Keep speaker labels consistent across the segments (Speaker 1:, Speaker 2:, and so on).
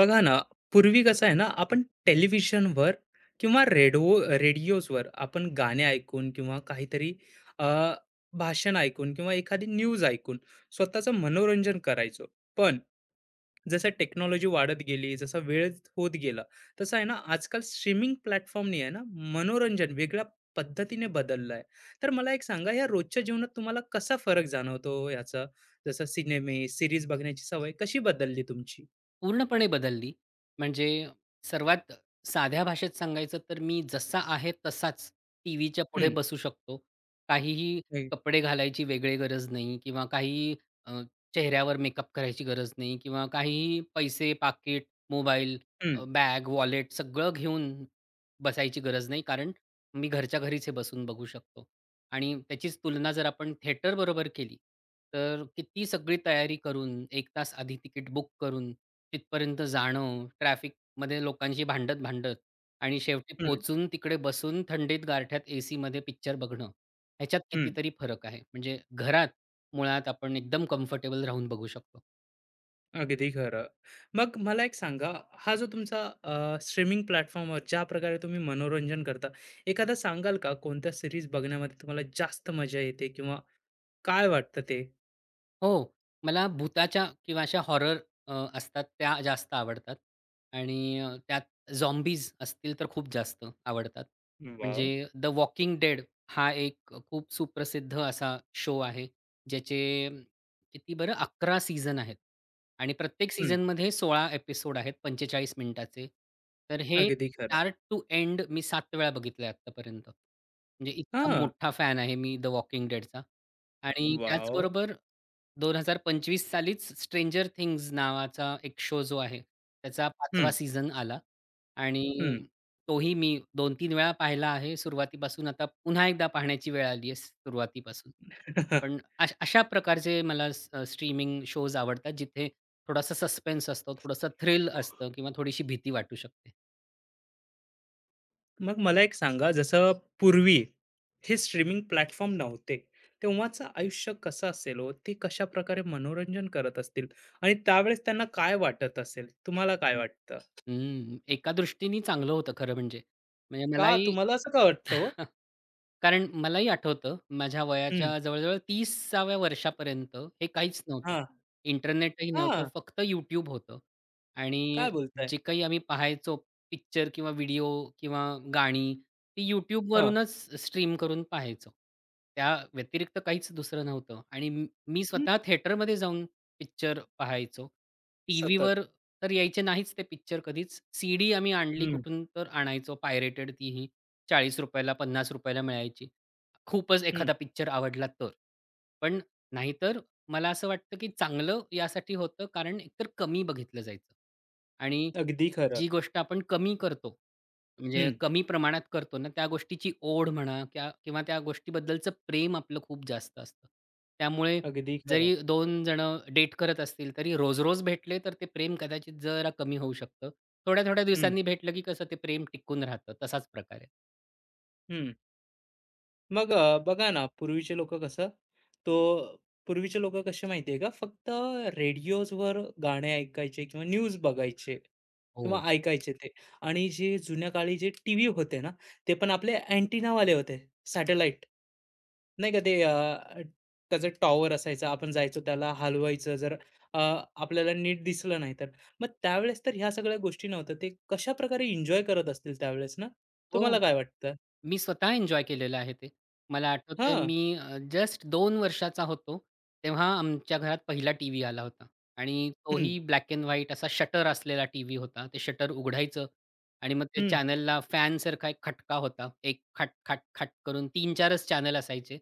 Speaker 1: बघा ना, पूर्वी कसं आहे ना, आपण टेलिव्हिजनवर किंवा रेडिओजवर आपण गाणे ऐकून किंवा काहीतरी अ, भाषण ऐकून किंवा एखादी न्यूज ऐकून स्वतःचं मनोरंजन करायचो. पण जसं टेक्नॉलॉजी वाढत गेली, जसा वेळ होत गेला, तसं आहे ना, आजकाल स्ट्रीमिंग प्लॅटफॉर्मनी आहे ना, मनोरंजन वेगळ्या पद्धतीने बदललं आहे. तर मला एक सांगा, या रोजच्या जीवनात तुम्हाला कसा फरक जाणवतो याचा? जसं सिनेमे, सीरीज बघण्याची सवय कशी बदलली तुमची?
Speaker 2: पूर्णपणे बदलली. म्हणजे सर्वात साध्या भाषेत सांगायचं तर मी जसा आहे तसाच टीव्हीच्या पुढे बसू शकतो. काहीही
Speaker 1: हं.
Speaker 2: कपडे घालायची वेगळी गरज नाही किंवा काही अ, चेहऱ्यावर मेकअप करायची गरज नाही किंवा काहीही पैसे, पाकीट, मोबाईल,
Speaker 1: हं,
Speaker 2: बॅग, वॉलेट सगळं घेऊन बसायची गरज नाही. कारण मी घरच्या घरीच हे बसून बघू शकतो. आणि त्याचीच तुलना जर आपण थिएटरबरोबर केली, तर किती सगळी तयारी करून, 1 तास आधी तिकीट बुक करून, तिथपर्यंत जाणं, ट्रॅफिकमध्ये लोकांशी भांडत-भांडत आणि शेवटी
Speaker 1: हं,
Speaker 2: पोहोचून तिकडे बसून थंडीत गारठ्यात एसीमध्ये पिक्चर बघणं, ह्याच्यात
Speaker 1: हं.
Speaker 2: कितीतरी फरक आहे. म्हणजे घरात मुळात आपण एकदम कम्फर्टेबल राहून बघू शकतो.
Speaker 1: अगदी खरं. मग मला एक सांगा, हा जो तुमचा स्ट्रीमिंग प्लॅटफॉर्मवर ज्या प्रकारे तुम्ही मनोरंजन करता, एखादा सांगाल का कोणत्या सीरीज बघण्यामध्ये तुम्हाला जास्त मजा येते किंवा काय वाटतं ते?
Speaker 2: हो. मला भुताच्या किंवा अशा हॉरर असतात त्या जास्त आवडतात आणि त्यात झॉम्बीज असतील तर खूप जास्त आवडतात.
Speaker 1: वॉव!
Speaker 2: म्हणजे द वॉकिंग डेड हा एक खूप सुप्रसिद्ध असा शो आहे. ज्याचे अम, किती बरं 11 सीझन आहेत आणि प्रत्येक
Speaker 1: हं,
Speaker 2: सीझनमध्ये 16 एपिसोड आहेत 45 मिनिटाचे. तर हे
Speaker 1: अगदी खरं.
Speaker 2: स्टार्ट टू एंड मी 7 वेळा बघितलंय आत्तापर्यंत. म्हणजे इतका
Speaker 1: हां,
Speaker 2: मोठा फॅन आहे मी द वॉकिंग डेडचा आणि
Speaker 1: वॉव!
Speaker 2: त्याचबरोबर 2025 सालीच स्ट्रेंजर थिंग्ज नावाचा एक शो जो आहे, त्याचा पाचवा
Speaker 1: हं,
Speaker 2: सीझन आला
Speaker 1: हं.
Speaker 2: आणि तोही मी 2-3 वेळा पाहिला आहे सुरुवातीपासून. आता पुन्हा एकदा पाहण्याची वेळ आली आहे सुरुवातीपासून. पण अशा प्रकारचे मला स्ट्रीमिंग शोज आवडतात, जिथे थोडासा सस्पेन्स असतो, थोडंसं थ्रिल असतं किंवा थोडीशी भीती वाटू शकते.
Speaker 1: मग मला एक सांगा, जसं पूर्वी हे स्ट्रीमिंग प्लॅटफॉर्म नव्हते, तेव्हाचं आयुष्य कसं असेल हो? ते कशाप्रकारे मनोरंजन करत असतील आणि त्यावेळेस त्यांना काय वाटत असेल? तुम्हाला काय वाटतं?
Speaker 2: हं, एका दृष्टीने चांगलं होतं खरं म्हणजे. म्हणजे
Speaker 1: का
Speaker 2: मलाही
Speaker 1: तुम्हाला असं का वाटतं हो?
Speaker 2: कारण मलाही आठवतं, माझ्या
Speaker 1: हं,
Speaker 2: वयाच्या जवळ-जवळ 30व्या वर्षापर्यंत हे काहीच नव्हतं.
Speaker 1: हां,
Speaker 2: इंटरनेटही नव्हतं,
Speaker 1: हां,
Speaker 2: फक्त यूट्यूब होतं आणि
Speaker 1: काय बोलताय?
Speaker 2: जे काही आम्ही पाहायचो पिक्चर किंवा व्हिडिओ किंवा गाणी, ती
Speaker 1: हां,
Speaker 2: YouTubeवरूनच स्ट्रीम करून पाहायचो. त्या व्यतिरिक्त काहीच दुसरं नव्हतं आणि मी
Speaker 1: हं,
Speaker 2: स्वतः थिएटरमध्ये जाऊन पिक्चर पाहायचो.
Speaker 1: सतत.
Speaker 2: टीव्हीवर तर यायचे नाहीच ते पिक्चर कधीच. सीडी आम्ही आणली
Speaker 1: हं,
Speaker 2: कुठून तर आणायचो, पायरेटेड तीही. ₹40 ला ₹50 ला मिळायची. खूपच
Speaker 1: हं,
Speaker 2: एखादा पिक्चर आवडला तर. पण नाहीतर मला असं वाटतं, की चांगलं यासाठी होतं कारण एकतर कमी बघितलं जायचं आणि
Speaker 1: अगदी खरं.
Speaker 2: जी गोष्ट आपण कमी करतो, म्हणजे
Speaker 1: हं,
Speaker 2: कमी प्रमाणात करतो ना, त्या गोष्टीची ओढ म्हणा क्या किंवा त्या गोष्टीबद्दलचं प्रेम आपलं खूप जास्त असतं. त्यामुळे
Speaker 1: अगदी खरं.
Speaker 2: जरी 2 जणं डेट करत असतील, तरी रोज-रोज भेटले तर ते प्रेम कदाचित जरा कमी होऊ शकतं. थोड्या-थोड्या
Speaker 1: हं,
Speaker 2: दिवसांनी भेटलं, की कसं ते प्रेम टिकून राहतं. तसाच प्रकार आहे.
Speaker 1: हं. मग बघा ना, तो पूर्वीचे लोकं कसे माहिती आहे का, फक्त रेडिओजवर गाणे ऐकायचे किंवा न्यूज बघायचे किंवा
Speaker 2: हो.
Speaker 1: ऐकायचे ते आणि जे जुन्या काळी जे टीव्ही होते ना, ते पण आपले अँटिनावाले होते, सॅटेलाईट. नाही का ते त्याचा टॉवर असायचा, आपण जायचो त्याला हलवायचं जर अ, आपल्याला नीट दिसलं नाही तर. मग त्यावेळेस तर ह्या सगळ्या गोष्टी नव्हत्या. ते कशाप्रकारे एन्जॉय करत असतील त्यावेळेस ना? तुम्हाला
Speaker 2: हो.
Speaker 1: काय वाटतं?
Speaker 2: मी स्वतः एन्जॉय केलेलं आहे ते. मला आठवतंय
Speaker 1: हां.
Speaker 2: मी जस्ट 2 वर्षाचा होतो, तेव्हा आमच्या घरात पहिला टीव्ही आला होता आणि
Speaker 1: हं,
Speaker 2: तोही ब्लॅक एंड व्हाईट असा शटर असलेला टीव्ही होता. ते शटर उघडायचं आणि मग ते
Speaker 1: हं.
Speaker 2: चॅनलला फॅनसारखा एक खटका होता. एक खट, खट, खट करून 3-4च चॅनल असायचे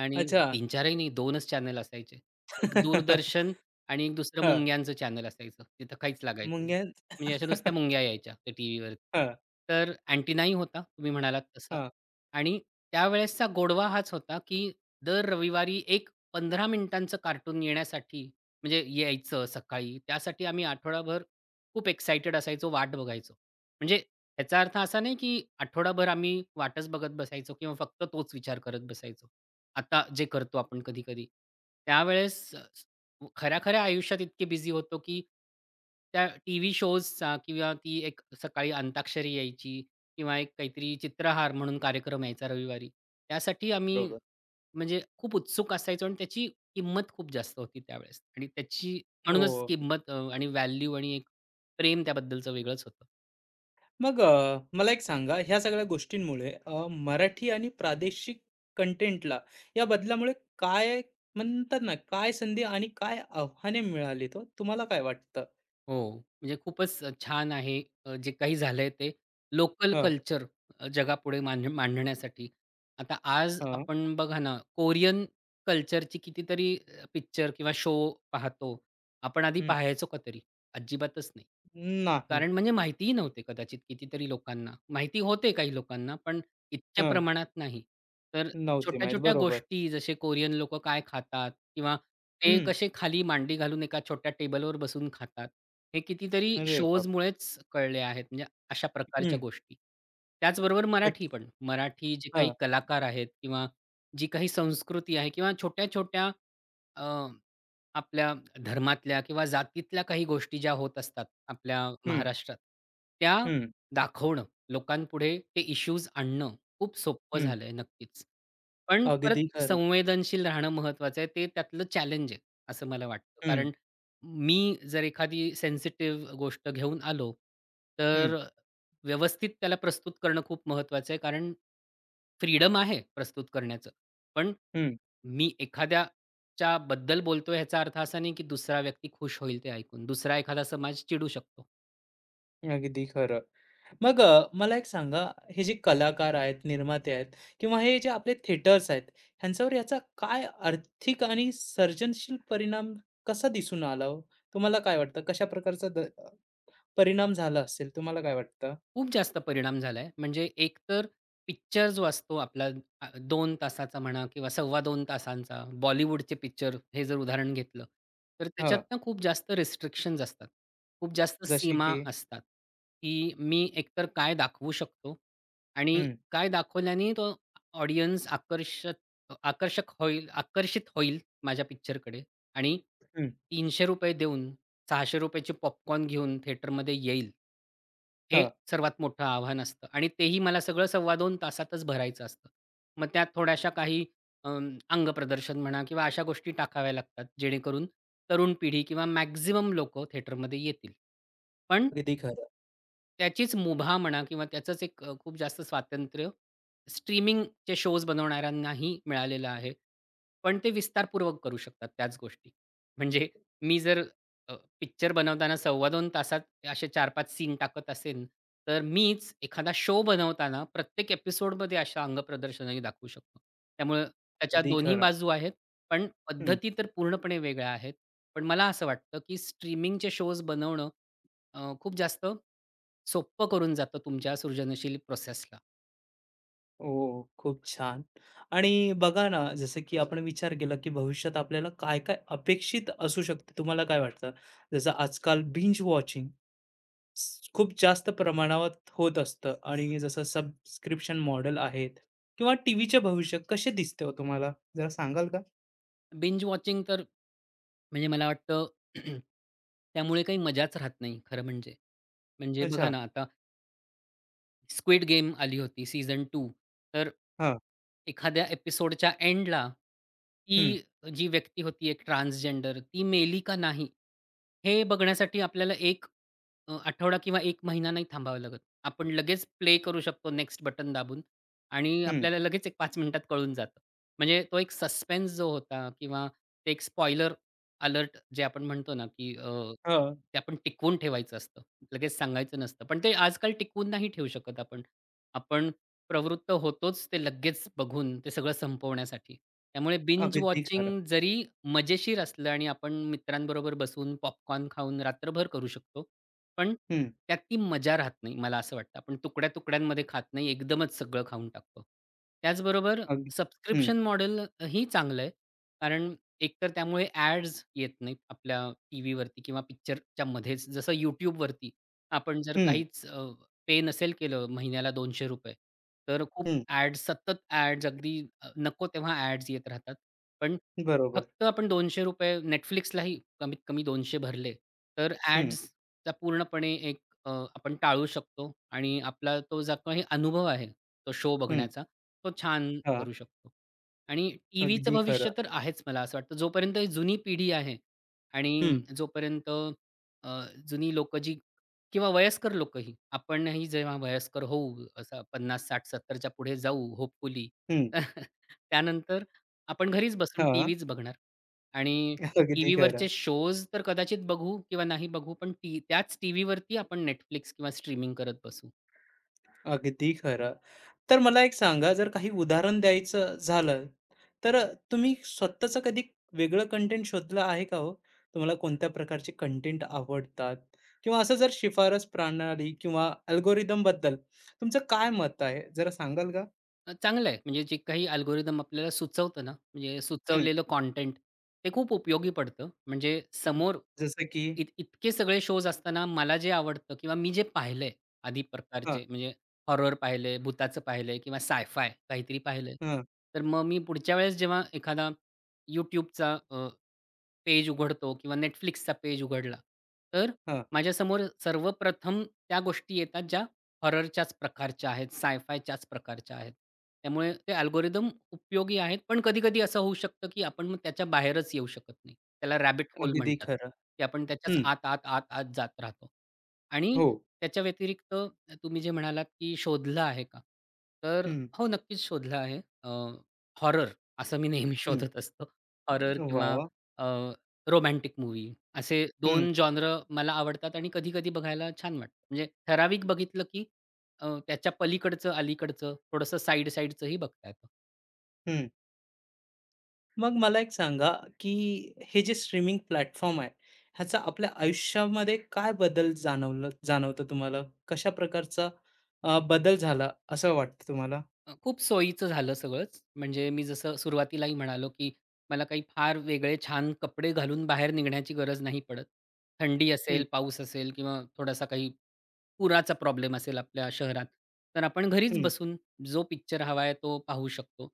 Speaker 2: आणि
Speaker 1: अच्छा.
Speaker 2: 3-4ही नाही 2च चॅनल असायचे. एक दूरदर्शन आणि एक दुसरं
Speaker 1: हां.
Speaker 2: मुंग्यांचं चॅनल असायचं. तिथं काहीच लागायचं नाही.
Speaker 1: मुंग्यांच
Speaker 2: म्हणजे अशा नुसत्या मुंग्या यायच्या त्या टीव्हीवर.
Speaker 1: हां,
Speaker 2: तर अँटिनाही होता तुम्ही म्हणालात तसा
Speaker 1: हां.
Speaker 2: आणि त्यावेळेसचा गोडवा हाच होता, की दर रविवारी एक 15 मिनिटांचं कार्टून येण्यासाठी म्हणजे यायचं सकाळी त्यासाठी आम्ही आठवडाभर खूप एक्साइटेड असायचो, वाट बघायचो. म्हणजे याचा अर्थ असा नाही, की आठवडाभर आम्ही वाटच बघत बसायचो किंवा फक्त तोच विचार करत बसायचो. आता जे करतो आपण कधी-कधी. त्यावेळेस खऱ्या-खऱ्या आयुष्यात इतके बिझी होतो, की त्या टीव्ही शोजचा किंवा ती एक सकाळी अंताक्षरी यायची किंवा एक काहीतरी चित्रहार म्हणून कार्यक्रम यायचा रविवारी. त्यासाठी आम्ही
Speaker 1: बरोबर.
Speaker 2: म्हणजे खूप उत्सुक असायचो आणि त्याची किंमत खूप जास्त होती त्यावेळेस आणि त्याची
Speaker 1: हो.
Speaker 2: म्हणूनच किंमत आणि व्हॅल्यू आणि एक प्रेम त्याबद्दलचं वेगळंच होतं.
Speaker 1: मग मला एक सांगा, ह्या सगळ्या गोष्टींमुळे मराठी आणि प्रादेशिक कंटेंटला या बदलामुळे काय म्हणतात ना, काय संधी आणि काय आव्हाने मिळालीत तो, तुम्हाला काय वाटतं?
Speaker 2: हो, म्हणजे खूपच छान आहे जे काही झालंय ते लोकल
Speaker 1: हां,
Speaker 2: कल्चर जगापुढे मांडण्यासाठी. आता आज
Speaker 1: हां.
Speaker 2: आपण बघा ना, कोरियन कल्चरची कितीतरी पिक्चर किंवा शो पाहतो. आपण आधी
Speaker 1: हं.
Speaker 2: पाहायचो का तरी? अजिबातच नाही.
Speaker 1: नाही.
Speaker 2: कारण म्हणजे माहितीही नव्हते कदाचित कितीतरी लोकांना. माहिती होते काही लोकांना, पण इतक्या
Speaker 1: हं.
Speaker 2: प्रमाणात नाही. तर
Speaker 1: नव्हते माहीत.
Speaker 2: छोट्या-छोट्या
Speaker 1: बरोबर.
Speaker 2: गोष्टी जसे कोरियन लोकं काय खातात किंवा ते
Speaker 1: हं.
Speaker 2: कसे खाली मांडी घालून एका छोट्या टेबलवर बसून खातात. हे कितीतरी
Speaker 1: अरे बाप!
Speaker 2: शोजमुळेच कळले आहेत. म्हणजे अशा प्रकारच्या
Speaker 1: हं.
Speaker 2: गोष्टी. त्याचबरोबर मराठी
Speaker 1: अच्छा.
Speaker 2: पण. मराठी जे काही कलाकार आहेत किंवा जी काही संस्कृती आहे किंवा छोट्या-छोट्या आपल्या धर्मातल्या किंवा जातीतल्या काही गोष्टी ज्या होत असतात आपल्या
Speaker 1: हं,
Speaker 2: महाराष्ट्रात, त्या
Speaker 1: हं,
Speaker 2: दाखवणं लोकांपुढे ते इश्यूज आणणं खूप सोपं
Speaker 1: हं.
Speaker 2: झालंय नक्कीच. पण परत
Speaker 1: अगदी खरं.
Speaker 2: संवेदनशील राहणं महत्त्वाचं आहे. ते त्यातलं चॅलेंज आहे, असं मला वाटतं.
Speaker 1: हं,
Speaker 2: कारण मी जर एखादी सेन्सिटिव्ह गोष्ट घेऊन आलो,
Speaker 1: हं,
Speaker 2: तर व्यवस्थित त्याला प्रस्तुत करणं खूप महत्त्वाचं आहे. कारण फ्रीडम आहे प्रस्तुत करण्याचं. पण
Speaker 1: हं.
Speaker 2: मी एखाद्या च्या बद्दल बोलतोय ह्याचा अर्थ असा नाही, की दुसरा व्यक्ती खुश होईल ते ऐकून. दुसरा एखादा समाज चिडू शकतो.
Speaker 1: अगदी खरं. मग मला एक सांगा, हे जे कलाकार आहेत, निर्माते आहेत किंवा हे जे आपले थिएटर्स आहेत, ह्यांच्यावर याचा काय आर्थिक आणि सर्जनशील परिणाम कसा दिसून आला हो? तुम्हाला काय वाटतं? कशा प्रकारचा परिणाम झाला असेल, तुम्हाला काय वाटतं?
Speaker 2: खूप जास्त परिणाम झालाय. म्हणजे एकतर पिक्चर जो असतो आपला 2 तासाचा म्हणा किंवा सव्वा 2 तासांचा बॉलिवूडचे पिक्चर हे जर उदाहरण घेतलं, तर त्याच्यात
Speaker 1: हां,
Speaker 2: ना खूप जास्त रिस्ट्रिक्शन्स असतात. खूप जास्त
Speaker 1: जशी
Speaker 2: सीमा
Speaker 1: की
Speaker 2: असतात, की मी एकतर काय दाखवू शकतो आणि
Speaker 1: हं,
Speaker 2: काय दाखवल्याने तो ऑडियन्स आकर्षक आकर्षक होईल आकर्षित होईल माझ्या पिक्चरकडे आणि
Speaker 1: हं.
Speaker 2: ₹300 देऊन ₹600 ची पॉपकॉर्न घेऊन थिएटरमध्ये येईल, हे
Speaker 1: हां,
Speaker 2: सर्वात मोठं आव्हान असतं आणि तेही मला सगळं सव्वा 2 तासातच भरायचं असतं. मग त्यात थोड्याशा काही अं, अंगप्रदर्शन म्हणा किंवा अशा गोष्टी टाकाव्या लागतात, जेणेकरून तरुण पिढी किंवा मॅक्सिमम लोकं थिएटरमध्ये येतील. पण
Speaker 1: अगदी खरं,
Speaker 2: त्याचीच मुभा म्हणा किंवा त्याचंच एक खूप जास्त स्वातंत्र्य स्ट्रीमिंगचे शोज बनवणाऱ्यांनाही मिळालेलं आहे. पण ते विस्तारपूर्वक करू शकतात त्याच गोष्टी. म्हणजे मी जर अ, पिक्चर बनवताना सव्वा 2 तासात असे 4-5 सीन टाकत असेन, तर मीच एखादा शो बनवताना प्रत्येक एपिसोडमध्ये अशा अंगप्रदर्शनही दाखवू शकतो. त्यामुळं त्याच्या
Speaker 1: अगदी
Speaker 2: दोन्ही
Speaker 1: खरं.
Speaker 2: बाजू आहेत, पण पद्धती तर पूर्णपणे वेगळ्या आहेत. पण मला असं वाटतं, की स्ट्रीमिंगचे शोज बनवणं खूप जास्त सोप्पं करून जातं तुमच्या सृजनशील प्रोसेसला.
Speaker 1: हो, खूप छान. आणि बघा ना, जसं की आपण विचार केला, की भविष्यात आपल्याला काय-काय अपेक्षित असू शकते, तुम्हाला काय वाटतं? जसं आजकाल बिंज वॉचिंग खूप जास्त प्रमाणावर होत असतं आणि जसं सबस्क्रिप्शन मॉडेल आहेत किंवा टीव्हीचे भविष्य कसे दिसते हो तुम्हाला? जरा सांगाल का?
Speaker 2: बिंज वॉचिंग तर म्हणजे मला वाटतं त्यामुळे काही मजाच राहत नाही खरं म्हणजे. म्हणजे बघा
Speaker 1: अच्छा.
Speaker 2: ना आता स्क्विड गेम आली होती सीझन टू, तर
Speaker 1: हां.
Speaker 2: एखाद्या एपिसोडच्या एंडला ती
Speaker 1: हं,
Speaker 2: जी व्यक्ती होती एक ट्रान्सजेंडर ती मेली का नाही हे बघण्यासाठी आपल्याला एक आठवडा किंवा एक महिना नाही थांबावा लागत. आपण लगेच प्ले करू शकतो नेक्स्ट बटन दाबून आणि
Speaker 1: हं.
Speaker 2: आपल्याला लगेच एक 5 मिनिटात कळून जातं. म्हणजे तो एक सस्पेन्स जो होता किंवा ते एक स्पॉइलर अलर्ट जे आपण म्हणतो ना, की
Speaker 1: हां.
Speaker 2: ते आपण टिकवून ठेवायचं असतं. लगेच सांगायचं नसतं. पण ते आजकाल टिकवून नाही ठेवू शकत आपण. आपण प्रवृत्त होतोच ते लगेच बघून ते सगळं संपवण्यासाठी. त्यामुळे बिंज
Speaker 1: अगदी खरं.
Speaker 2: वॉचिंग जरी मजेशीर असलं आणि आपण मित्रांबरोबर बसून पॉपकॉर्न खाऊन रात्रभर करू शकतो. पण
Speaker 1: हं.
Speaker 2: त्यात ती मजा राहत नाही मला असं वाटतं. आपण तुकड्या-तुकड्यांमध्ये खात नाही. एकदमच सगळं खाऊन टाकतो. त्याचबरोबर
Speaker 1: अगदी. हं,
Speaker 2: सबस्क्रिप्शन मॉडेल ही चांगलं आहे. कारण एकतर त्यामुळे ॲड्स येत नाहीत आपल्या टीव्हीवरती किंवा पिक्चरच्या मध्येच. जसं YouTubeवरती आपण जर
Speaker 1: हं,
Speaker 2: काहीच पे नसेल केलं महिन्याला ₹200 तर खूप
Speaker 1: हं.
Speaker 2: ॲड्स सतत ॲड्स अगदी नको तेव्हा ॲड्स येत राहतात. पण
Speaker 1: बरोबर.
Speaker 2: फक्त आपण ₹200 Netflixलाही कमीत कमी 200 भरले, तर
Speaker 1: हं,
Speaker 2: ॲड्सचा पूर्णपणे एक आपण टाळू शकतो आणि आपला तो जो काही अनुभव आहे, तो शो
Speaker 1: हं.
Speaker 2: बघण्याचा, तो छान
Speaker 1: हां.
Speaker 2: करू शकतो. आणि टीव्हीचं
Speaker 1: अगदी
Speaker 2: भविष्य
Speaker 1: खरं.
Speaker 2: तर आहेच मला असं वाटतं. जोपर्यंत ही जुनी पिढी आहे
Speaker 1: हं,
Speaker 2: आणि जोपर्यंत अ, जुनी लोकं जी किंवा वयस्कर लोकही. आपणही जेव्हा वयस्कर होऊ, असं 50 60, 70 च्या पुढे जाऊ होपफुली.
Speaker 1: हं.
Speaker 2: त्यानंतर आपण घरीच बसून
Speaker 1: हां.
Speaker 2: टीव्हीच बघणार आणि
Speaker 1: अगदी खरं,
Speaker 2: टीव्हीवरचे शोज तर कदाचित बघू किंवा नाही बघू, पण त्याच टीव्हीवरती आपण Netflix किंवा स्ट्रीमिंग करत बसू.
Speaker 1: अगदी खरं. तर मला एक सांगा, जर काही उदाहरण द्यायचं झालं, तर तुम्ही स्वतःचं कधी वेगळं कंटेंट शोधलं आहे का हो? तुम्हाला कोणत्या प्रकारचे कंटेंट आवडतात? किंवा असं जर शिफारस प्रणाली किंवा अल्गोरिदम बद्दल तुमचं काय मत आहे? जरा सांगाल का?
Speaker 2: चांगलं आहे. म्हणजे जे काही अल्गोरिदम आपल्याला सुचवतं ना, म्हणजे
Speaker 1: हं.
Speaker 2: सुचवलेलं कंटेंट ते खूप उपयोगी पडतं. म्हणजे समोर
Speaker 1: जसं की
Speaker 2: इतके सगळे शोज असताना मला जे आवडतं किंवा मी जे पाहिलंय आधी
Speaker 1: हां,
Speaker 2: प्रकारचे म्हणजे हॉरर पाहिलंय, भुताचं पाहिलंय किंवा साय-फाय काहीतरी पाहिलंय.
Speaker 1: हां,
Speaker 2: तर मग मी पुढच्या वेळेस जेव्हा एखादा YouTubeचा पेज उघडतो किंवा Netflixचा पेज उघडला, तर
Speaker 1: हां.
Speaker 2: माझ्यासमोर सर्वप्रथम त्या गोष्टी येतात ज्या हॉररच्याच प्रकारच्या आहेत, साय-फायच्याच प्रकारच्या आहेत. त्यामुळे ते अल्गोरिदम उपयोगी आहेत, पण कधी-कधी असं होऊ शकतं, की आपण मग त्याच्या बाहेरच येऊ शकत नाही. त्याला रॅबिट होल
Speaker 1: अगदी
Speaker 2: म्हणतात,
Speaker 1: खरं.
Speaker 2: की आपण त्याच्याच
Speaker 1: हं.
Speaker 2: आत, आत, आत, आत जात राहतो. आणि
Speaker 1: हो.
Speaker 2: त्याच्या व्यतिरिक्त तुम्ही जे म्हणालात, की शोधलं आहे का? तर
Speaker 1: हं,
Speaker 2: हो, नक्कीच शोधलं आहे. हॉरर असं मी नेहमी
Speaker 1: हं.
Speaker 2: शोधत असतो. हॉरर
Speaker 1: वाह!
Speaker 2: किंवा
Speaker 1: वाह!
Speaker 2: रोमॅन्टिक मूव्ही असे
Speaker 1: हं,
Speaker 2: दोन जॉनर मला आवडतात आणि कधी-कधी बघायला छान वाटतं. म्हणजे ठराविक बघितलं की त्याच्या पलीकडचं, अलीकडचं थोडंसं साइड-साइडचंही बघता येतं.
Speaker 1: हं. मग मला एक सांगा, की हे जे स्ट्रीमिंग प्लॅटफॉर्म आहे, ह्याचा आपल्या आयुष्यामध्ये काय बदल जाणवतं तुम्हाला? कशा प्रकारचा बदल झाला असं वाटतं तुम्हाला?
Speaker 2: खूप सोयीचं झालं सगळंच. म्हणजे मी जसं सुरुवातीलाही म्हणालो, की मला काही फार वेगळे छान कपडे घालून बाहेर निघण्याची गरज नाही पडत. थंडी
Speaker 1: हं,
Speaker 2: असेल, पाऊस असेल किंवा थोडासा काही पुराचा प्रॉब्लेम असेल आपल्या शहरात, तर आपण घरीच
Speaker 1: हं.
Speaker 2: बसून जो पिक्चर हवा आहे तो पाहू शकतो.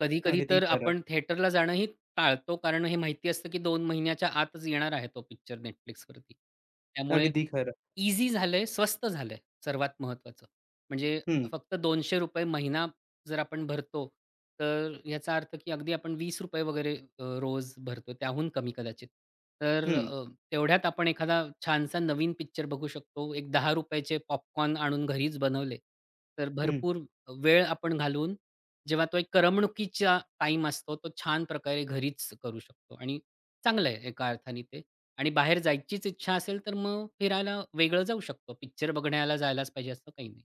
Speaker 2: कधी-कधी
Speaker 1: अगदी
Speaker 2: तर
Speaker 1: खरं,
Speaker 2: आपण थिएटरला जाणंही टाळतो, कारण हे माहिती असतं, की 2 महिन्याच्या आतच येणार आहे तो पिक्चर Netflixवरती. त्यामुळे
Speaker 1: अगदी खरं.
Speaker 2: ईझी झालंय, स्वस्त झालंय सर्वात महत्त्वाचं. म्हणजे
Speaker 1: हं,
Speaker 2: फक्त ₹200 महिना जर आपण भरतो, तर याचा अर्थ की अगदी आपण ₹20 वगैरे रोज भरतो, त्याहून कमी कदाचित. तर
Speaker 1: हं,
Speaker 2: तेवढ्यात आपण एखादा छानसा नवीन पिक्चर बघू शकतो. एक ₹10 चे पॉपकॉर्न आणून घरीच बनवले, तर
Speaker 1: हं.
Speaker 2: भरपूर वेळ आपण घालवून जेव्हा तो एक करमणुकीचा टाईम असतो, तो छान प्रकारे घरीच करू शकतो आणि चांगलं आहे एका अर्थाने ते. आणि बाहेर जायचीच इच्छा असेल, तर मग फिरायला वेगळं जाऊ शकतो. पिक्चर बघण्याला जायलाच पाहिजे असं काही नाही.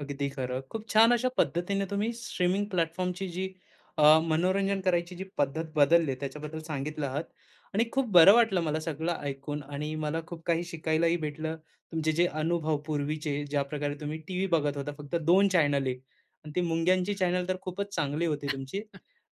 Speaker 1: अगदी खरं. खूप छान अशा पद्धतीने तुम्ही स्ट्रीमिंग प्लॅटफॉर्मची जी मनोरंजन करायची जी पद्धत बदलली त्याच्याबद्दल सांगितलं आहात आणि खूप बरं वाटलं मला सगळं ऐकून आणि मला खूप काही शिकायलाही भेटलं. तुमचे जे अनुभव पूर्वीचे ज्या प्रकारे तुम्ही टीव्ही बघत होता फक्त 2 चॅनल आहे आणि ती मुंग्यांची चॅनल तर खूपच चांगली होती तुमची.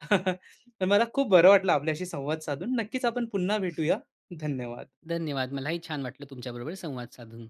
Speaker 1: तर मला खूप बरं वाटलं आपल्याशी संवाद साधून. नक्कीच आपण पुन्हा भेटूया. धन्यवाद.
Speaker 2: धन्यवाद. मलाही छान वाटलं तुमच्याबरोबर संवाद साधून.